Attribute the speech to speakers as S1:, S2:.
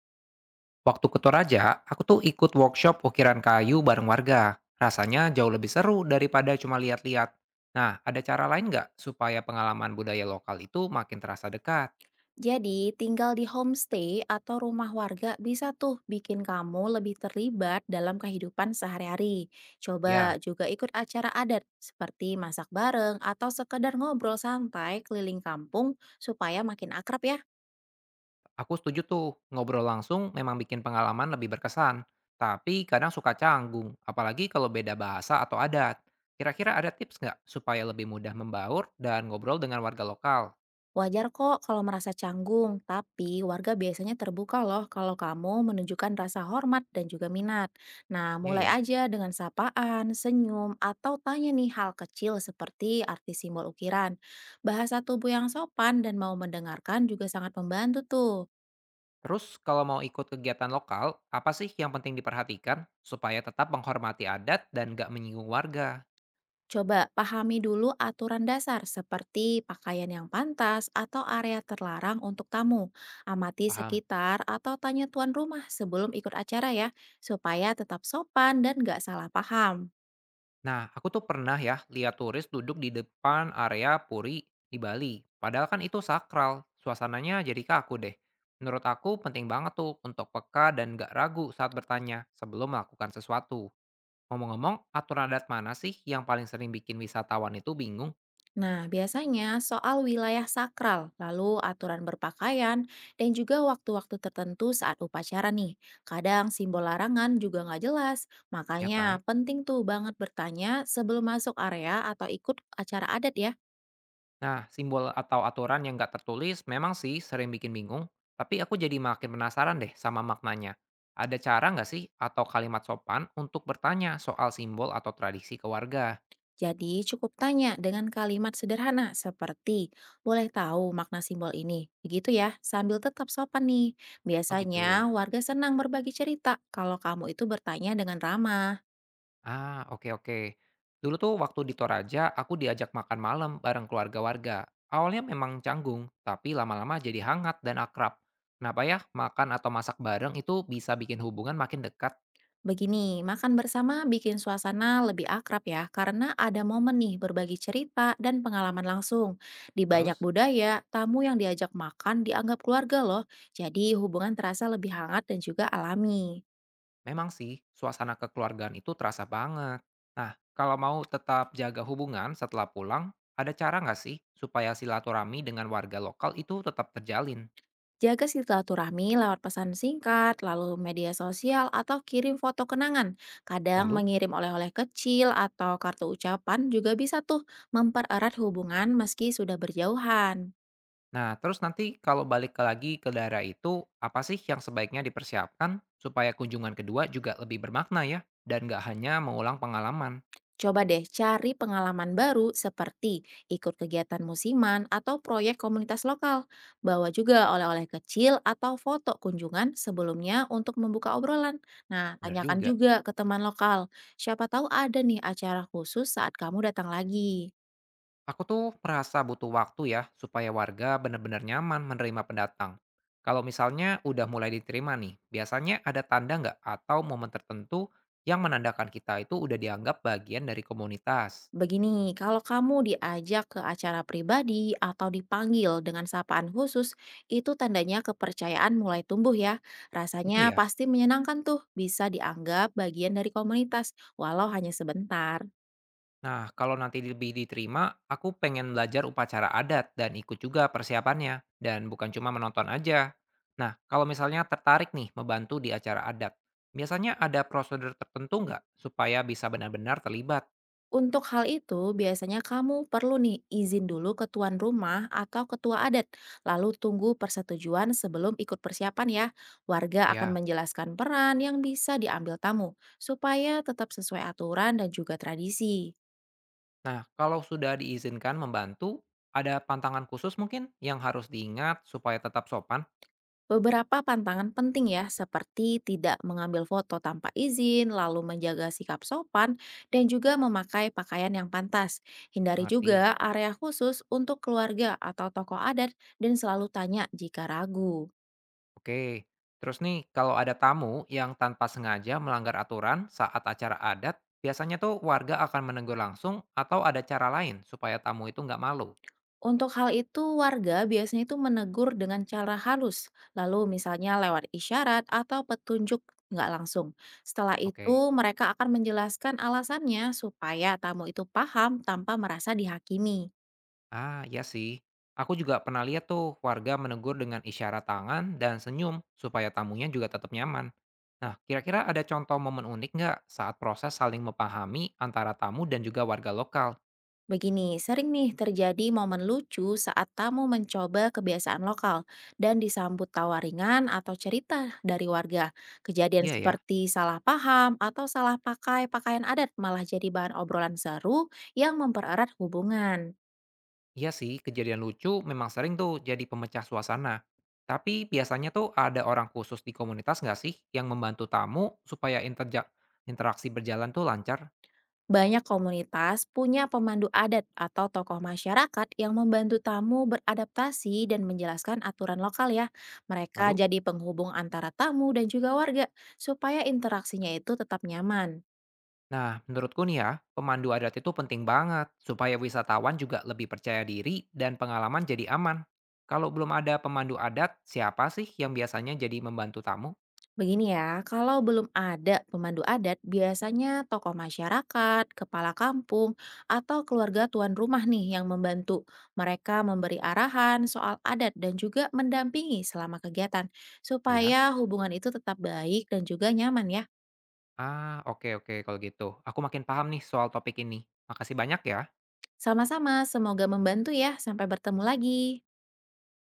S1: Waktu ke Toraja, aku tuh ikut workshop ukiran kayu bareng warga. Rasanya jauh lebih seru daripada cuma lihat-lihat. Nah, ada cara lain nggak supaya pengalaman budaya lokal itu makin terasa dekat?
S2: Jadi, tinggal di homestay atau rumah warga bisa tuh bikin kamu lebih terlibat dalam kehidupan sehari-hari.
S1: Ya,
S2: Coba juga ikut acara adat seperti masak bareng atau sekedar ngobrol santai keliling kampung supaya makin akrab ya.
S1: aku setuju tuh. Ngobrol langsung memang bikin pengalaman lebih berkesan. Tapi kadang suka canggung, apalagi kalau beda bahasa atau adat. Kira-kira ada tips nggak supaya lebih mudah membaur dan ngobrol dengan warga lokal?
S2: Wajar kok kalau merasa canggung, tapi warga biasanya terbuka loh kalau kamu menunjukkan rasa hormat dan juga minat. Nah,
S1: Iya
S2: mulai
S1: ya.
S2: aja dengan sapaan, senyum, atau tanya nih hal kecil seperti arti simbol ukiran. Bahasa tubuh yang sopan dan mau mendengarkan juga sangat membantu tuh.
S1: Terus kalau mau ikut kegiatan lokal, apa sih yang penting diperhatikan supaya tetap menghormati adat dan gak menyinggung warga?
S2: Coba pahami dulu aturan dasar seperti pakaian yang pantas atau area terlarang untuk tamu. Amati
S1: Paham?
S2: sekitar atau tanya tuan rumah sebelum ikut acara ya, supaya tetap sopan dan nggak salah paham.
S1: Nah, aku tuh pernah ya lihat turis duduk di depan area Puri di Bali. Padahal kan itu sakral, suasananya jadi kaku deh. Menurut aku penting banget tuh untuk peka dan gak ragu saat bertanya sebelum melakukan sesuatu. Ngomong-ngomong, aturan adat mana sih yang paling sering bikin wisatawan itu bingung,
S2: Nah, biasanya soal wilayah sakral, lalu aturan berpakaian, dan juga waktu-waktu tertentu saat upacara nih. Kadang simbol larangan juga nggak jelas,
S1: ya kan?
S2: makanya penting tuh banget bertanya sebelum masuk area atau ikut acara adat ya.
S1: Nah, simbol atau aturan yang nggak tertulis memang sih sering bikin bingung, tapi aku jadi makin penasaran deh sama maknanya. Ada cara nggak sih atau kalimat sopan untuk bertanya soal simbol atau tradisi ke warga?
S2: Jadi cukup tanya dengan kalimat sederhana seperti boleh tahu makna simbol ini. Begitu ya, sambil tetap sopan nih.
S1: Oh gitu.
S2: Biasanya warga senang berbagi cerita kalau kamu itu bertanya dengan ramah.
S1: Ah, oke oke. Dulu tuh waktu di Toraja, aku diajak makan malam bareng keluarga warga. Awalnya memang canggung, tapi lama-lama jadi hangat dan akrab. Kenapa ya makan atau masak bareng itu bisa bikin hubungan makin dekat?
S2: Begini, makan bersama bikin suasana lebih akrab ya karena ada momen nih berbagi cerita dan pengalaman langsung. Di banyak
S1: Terus?
S2: budaya, tamu yang diajak makan dianggap keluarga loh. Jadi hubungan terasa lebih hangat dan juga alami.
S1: Memang sih, suasana kekeluargaan itu terasa banget. Nah, kalau mau tetap jaga hubungan setelah pulang, ada cara nggak sih supaya silaturahmi dengan warga lokal itu tetap terjalin?
S2: Jaga silaturahmi lewat pesan singkat, lalu media sosial, atau kirim foto kenangan. Kadang
S1: Lalu,
S2: mengirim oleh-oleh kecil atau kartu ucapan juga bisa tuh mempererat hubungan meski sudah berjauhan.
S1: nah terus nanti kalau balik lagi ke daerah itu, apa sih yang sebaiknya dipersiapkan supaya kunjungan kedua juga lebih bermakna ya, dan nggak hanya mengulang pengalaman?
S2: Coba deh cari pengalaman baru seperti ikut kegiatan musiman atau proyek komunitas lokal. Bawa juga oleh-oleh kecil atau foto kunjungan sebelumnya untuk membuka obrolan. Nah,
S1: Bener
S2: tanyakan
S1: juga.
S2: juga ke teman lokal. Siapa tahu ada nih acara khusus saat kamu datang lagi.
S1: Aku tuh merasa butuh waktu ya, supaya warga benar-benar nyaman menerima pendatang. Kalau misalnya udah mulai diterima nih, biasanya ada tanda nggak atau momen tertentu yang menandakan kita itu udah dianggap bagian dari komunitas.
S2: Begini, kalau kamu diajak ke acara pribadi atau dipanggil dengan sapaan khusus, itu tandanya kepercayaan mulai tumbuh ya.
S1: Itu
S2: Rasanya
S1: ya.
S2: pasti menyenangkan tuh, bisa dianggap bagian dari komunitas, walau hanya sebentar.
S1: Nah, kalau nanti lebih diterima, aku pengen belajar upacara adat dan ikut juga persiapannya. Dan bukan cuma menonton aja. Nah, kalau misalnya tertarik nih membantu di acara adat, biasanya ada prosedur tertentu nggak supaya bisa benar-benar terlibat?
S2: Untuk hal itu, biasanya kamu perlu nih izin dulu ke tuan rumah atau ketua adat, lalu tunggu persetujuan sebelum ikut persiapan ya. Warga akan
S1: Ya.
S2: menjelaskan peran yang bisa diambil tamu, supaya tetap sesuai aturan dan juga tradisi.
S1: Nah, kalau sudah diizinkan membantu, ada pantangan khusus mungkin yang harus diingat supaya tetap sopan?
S2: Beberapa pantangan penting ya, seperti tidak mengambil foto tanpa izin, lalu menjaga sikap sopan, dan juga memakai pakaian yang pantas. Hindari juga
S1: Mengerti.
S2: area khusus untuk keluarga atau tokoh adat dan selalu tanya jika ragu.
S1: Oke. Terus nih, kalau ada tamu yang tanpa sengaja melanggar aturan saat acara adat, biasanya tuh warga akan menegur langsung atau ada cara lain supaya tamu itu nggak malu?
S2: Untuk hal itu, warga biasanya itu menegur dengan cara halus, lalu misalnya lewat isyarat atau petunjuk nggak langsung. Setelah itu,
S1: Oke.
S2: mereka akan menjelaskan alasannya supaya tamu itu paham tanpa merasa dihakimi.
S1: Ah, ya sih. Aku juga pernah lihat tuh warga menegur dengan isyarat tangan dan senyum supaya tamunya juga tetap nyaman. Nah, kira-kira ada contoh momen unik nggak saat proses saling memahami antara tamu dan juga warga lokal?
S2: Begini, sering nih terjadi momen lucu saat tamu mencoba kebiasaan lokal dan disambut tawa ringan atau cerita dari warga. Kejadian
S1: Iya ya.
S2: seperti salah paham atau salah pakai pakaian adat malah jadi bahan obrolan seru yang mempererat hubungan.
S1: Iya sih, kejadian lucu memang sering tuh jadi pemecah suasana. Tapi biasanya tuh ada orang khusus di komunitas nggak sih yang membantu tamu supaya interaksi berjalan tuh lancar?
S2: Banyak komunitas punya pemandu adat atau tokoh masyarakat yang membantu tamu beradaptasi dan menjelaskan aturan lokal ya. Mereka
S1: Lalu?
S2: jadi penghubung antara tamu dan juga warga supaya interaksinya itu tetap nyaman.
S1: Nah, menurutku nih ya, pemandu adat itu penting banget supaya wisatawan juga lebih percaya diri dan pengalaman jadi aman. Kalau belum ada pemandu adat, siapa sih yang biasanya jadi membantu tamu?
S2: Begini ya, kalau belum ada pemandu adat, biasanya tokoh masyarakat, kepala kampung, atau keluarga tuan rumah nih yang membantu. Mereka memberi arahan soal adat dan juga mendampingi selama kegiatan,
S1: Ya.
S2: supaya hubungan itu tetap baik dan juga nyaman ya.
S1: Ah, oke oke kalau gitu. Aku makin paham nih soal topik ini. Makasih banyak ya.
S2: Sama-sama, semoga membantu ya. Sampai bertemu lagi.